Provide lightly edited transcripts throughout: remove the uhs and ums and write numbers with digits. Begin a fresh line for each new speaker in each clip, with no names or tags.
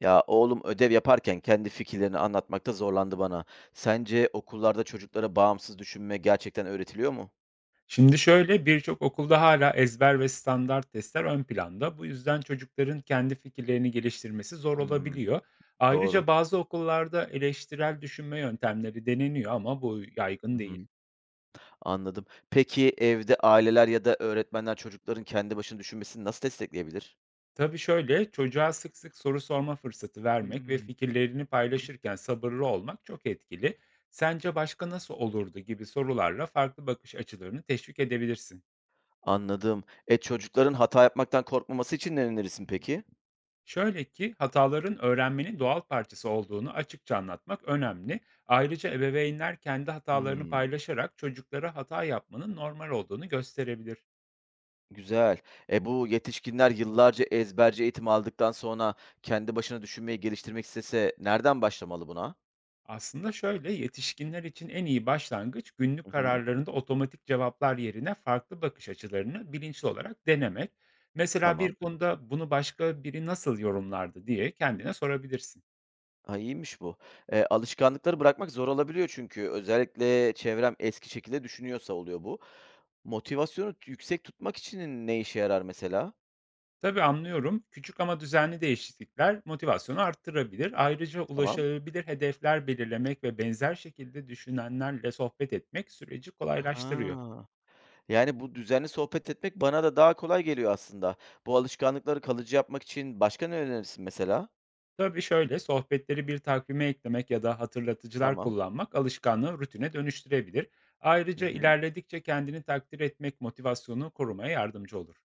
Ya oğlum ödev yaparken kendi fikirlerini anlatmakta zorlandı bana. Sence okullarda çocuklara bağımsız düşünme gerçekten öğretiliyor mu?
Şimdi şöyle birçok okulda hala ezber ve standart testler ön planda. Bu yüzden çocukların kendi fikirlerini geliştirmesi zor
Hmm,
olabiliyor. Ayrıca
doğru.
bazı okullarda eleştirel düşünme yöntemleri deneniyor ama bu
Hı
yaygın değil.
hı, anladım. Peki evde aileler ya da öğretmenler çocukların kendi başına düşünmesini nasıl destekleyebilir?
Tabii şöyle çocuğa sık sık soru sorma fırsatı vermek ve
Hmm.
fikirlerini paylaşırken sabırlı olmak çok etkili. Sence başka nasıl olurdu gibi sorularla farklı bakış açılarını teşvik edebilirsin.
Anladım. Çocukların hata yapmaktan korkmaması için ne önerirsin peki?
Şöyle ki hataların öğrenmenin doğal parçası olduğunu açıkça anlatmak önemli. Ayrıca ebeveynler kendi hatalarını
Hmm,
paylaşarak çocuklara hata yapmanın normal olduğunu gösterebilir.
güzel. Bu yetişkinler yıllarca ezberci eğitim aldıktan sonra kendi başına düşünmeyi geliştirmek istese nereden başlamalı buna?
Aslında şöyle yetişkinler için en iyi başlangıç günlük
Hı hı,
kararlarında otomatik cevaplar yerine farklı bakış açılarını bilinçli olarak denemek. Mesela bir
tamam.
konuda bunu başka biri nasıl yorumlardı diye kendine sorabilirsin.
A, iyiymiş bu. Alışkanlıkları bırakmak zor olabiliyor çünkü. Özellikle çevrem eski şekilde düşünüyorsa oluyor bu. Motivasyonu yüksek tutmak için ne işe yarar mesela?
Tabii anlıyorum. Küçük ama düzenli değişiklikler motivasyonu arttırabilir. Ayrıca
Tamam.
ulaşılabilir hedefler belirlemek ve benzer şekilde düşünenlerle sohbet etmek süreci kolaylaştırıyor.
Ha. Yani, bu düzenli sohbet etmek bana da daha kolay geliyor aslında. Bu alışkanlıkları kalıcı yapmak için başka ne önerirsin mesela?
Tabii şöyle sohbetleri bir takvime eklemek ya da hatırlatıcılar
Tamam.
kullanmak alışkanlığı rutine dönüştürebilir.
Hı
Ayrıca
hı.
ilerledikçe kendini takdir etmek motivasyonu korumaya yardımcı olur.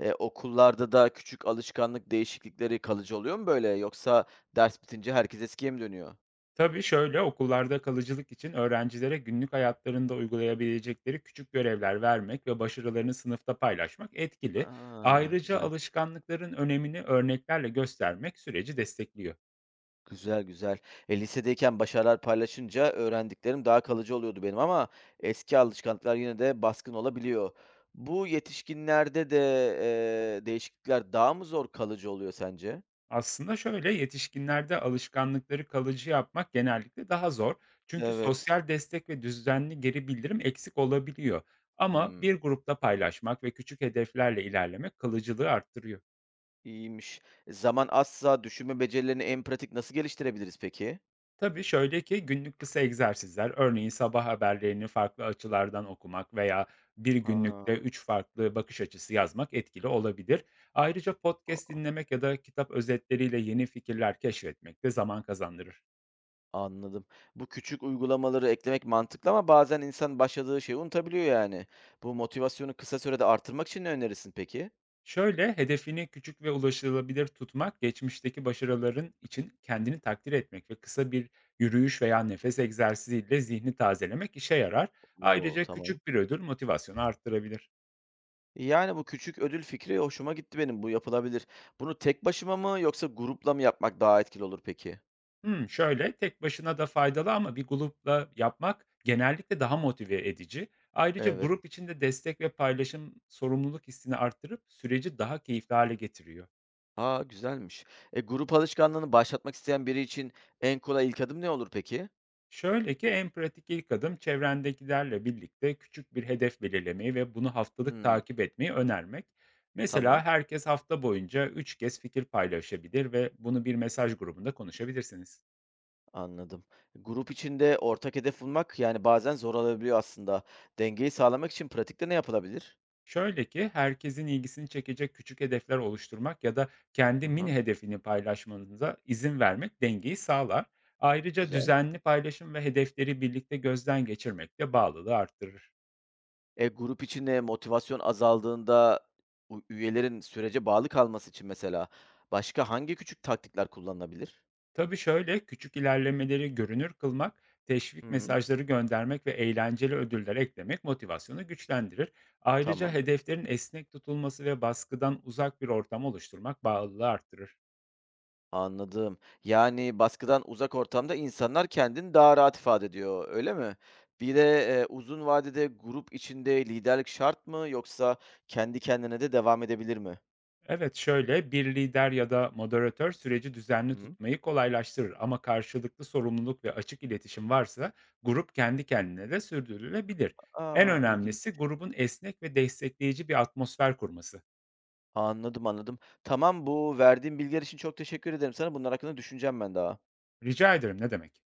Okullarda da küçük alışkanlık değişiklikleri kalıcı oluyor mu böyle? Yoksa ders bitince herkes eskiye mi dönüyor?
Tabii şöyle, okullarda kalıcılık için öğrencilere günlük hayatlarında uygulayabilecekleri küçük görevler vermek ve başarılarını sınıfta paylaşmak etkili.
A,
Ayrıca
güzel.
alışkanlıkların önemini örneklerle göstermek süreci destekliyor.
Güzel, güzel. Lisedeyken başarılar paylaşınca öğrendiklerim daha kalıcı oluyordu benim ama eski alışkanlıklar yine de baskın olabiliyor. Bu yetişkinlerde de değişiklikler daha mı zor kalıcı oluyor sence?
Aslında şöyle, yetişkinlerde alışkanlıkları kalıcı yapmak genellikle daha zor. Çünkü
Evet.
sosyal destek ve düzenli geri bildirim eksik olabiliyor. Ama
Hımm,
bir grupta paylaşmak ve küçük hedeflerle ilerlemek kalıcılığı arttırıyor.
iyiymiş. Zaman azsa düşünme becerilerini en pratik nasıl geliştirebiliriz peki?
Tabii şöyle ki günlük kısa egzersizler, örneğin sabah haberlerini farklı açılardan okumak veya bir günlükte
Ha,
üç farklı bakış açısı yazmak etkili olabilir. Ayrıca podcast
a
dinlemek ya da kitap özetleriyle yeni fikirler keşfetmek de zaman kazandırır.
anladım. Bu küçük uygulamaları eklemek mantıklı ama bazen insan başladığı şeyi unutabiliyor yani. Bu motivasyonu kısa sürede artırmak için ne önerirsin peki?
Şöyle hedefini küçük ve ulaşılabilir tutmak, geçmişteki başarıların için kendini takdir etmek ve kısa bir yürüyüş veya nefes egzersiziyle zihni tazelemek işe yarar.
O,
Ayrıca
tamam.
küçük bir ödül motivasyonu arttırabilir.
Yani, bu küçük ödül fikri hoşuma gitti benim. Bu yapılabilir. Bunu tek başıma mı yoksa grupla mı yapmak daha etkili olur peki?
Hımm, şöyle, tek başına da faydalı ama bir grupla yapmak genellikle daha motive edici. Ayrıca
Evet.
grup içinde destek ve paylaşım sorumluluk hissini arttırıp süreci daha keyifli hale getiriyor.
A, güzelmiş. Grup alışkanlığını başlatmak isteyen biri için en kolay ilk adım ne olur peki?
Şöyle ki, en pratik ilk adım çevrendekilerle birlikte küçük bir hedef belirlemeyi ve bunu haftalık
Hımm,
takip etmeyi önermek. Mesela
tamam,
herkes hafta boyunca 3 kez fikir paylaşabilir ve bunu bir mesaj grubunda konuşabilirsiniz.
anladım. Grup içinde ortak hedef bulmak, yani, bazen zor olabiliyor aslında. Dengeyi sağlamak için pratikte ne yapılabilir?
Şöyle ki, herkesin ilgisini çekecek küçük hedefler oluşturmak ya da
Hı
kendi
hı,
mini hedefini paylaşmanıza izin vermek dengeyi sağlar. Ayrıca
güzel.
düzenli paylaşım ve hedefleri birlikte gözden geçirmek de bağlılığı arttırır.
Grup içinde motivasyon azaldığında üyelerin sürece bağlı kalması için mesela başka hangi küçük taktikler kullanılabilir?
Tabii şöyle, küçük ilerlemeleri görünür kılmak, teşvik
Hımm.
mesajları göndermek ve eğlenceli ödüller eklemek motivasyonu güçlendirir. Ayrıca
Tamam,
hedeflerin esnek tutulması ve baskıdan uzak bir ortam oluşturmak bağlılığı arttırır.
anladım. Yani, baskıdan uzak ortamda insanlar kendini daha rahat ifade ediyor, öyle mi? Bir de, uzun vadede grup içinde liderlik şart mı yoksa kendi kendine de devam edebilir mi?
Evet şöyle bir lider ya da moderatör süreci
Hı
düzenli
hı.
tutmayı kolaylaştırır ama karşılıklı sorumluluk ve açık iletişim varsa grup kendi kendine de sürdürülebilir. En
A, ilginç.
önemlisi grubun esnek ve destekleyici bir atmosfer kurması.
Anladım, anladım. Tamam, bu verdiğin bilgiler için çok teşekkür ederim sana. Bunlar hakkında düşüneceğim ben daha.
Rica ederim, ne demek?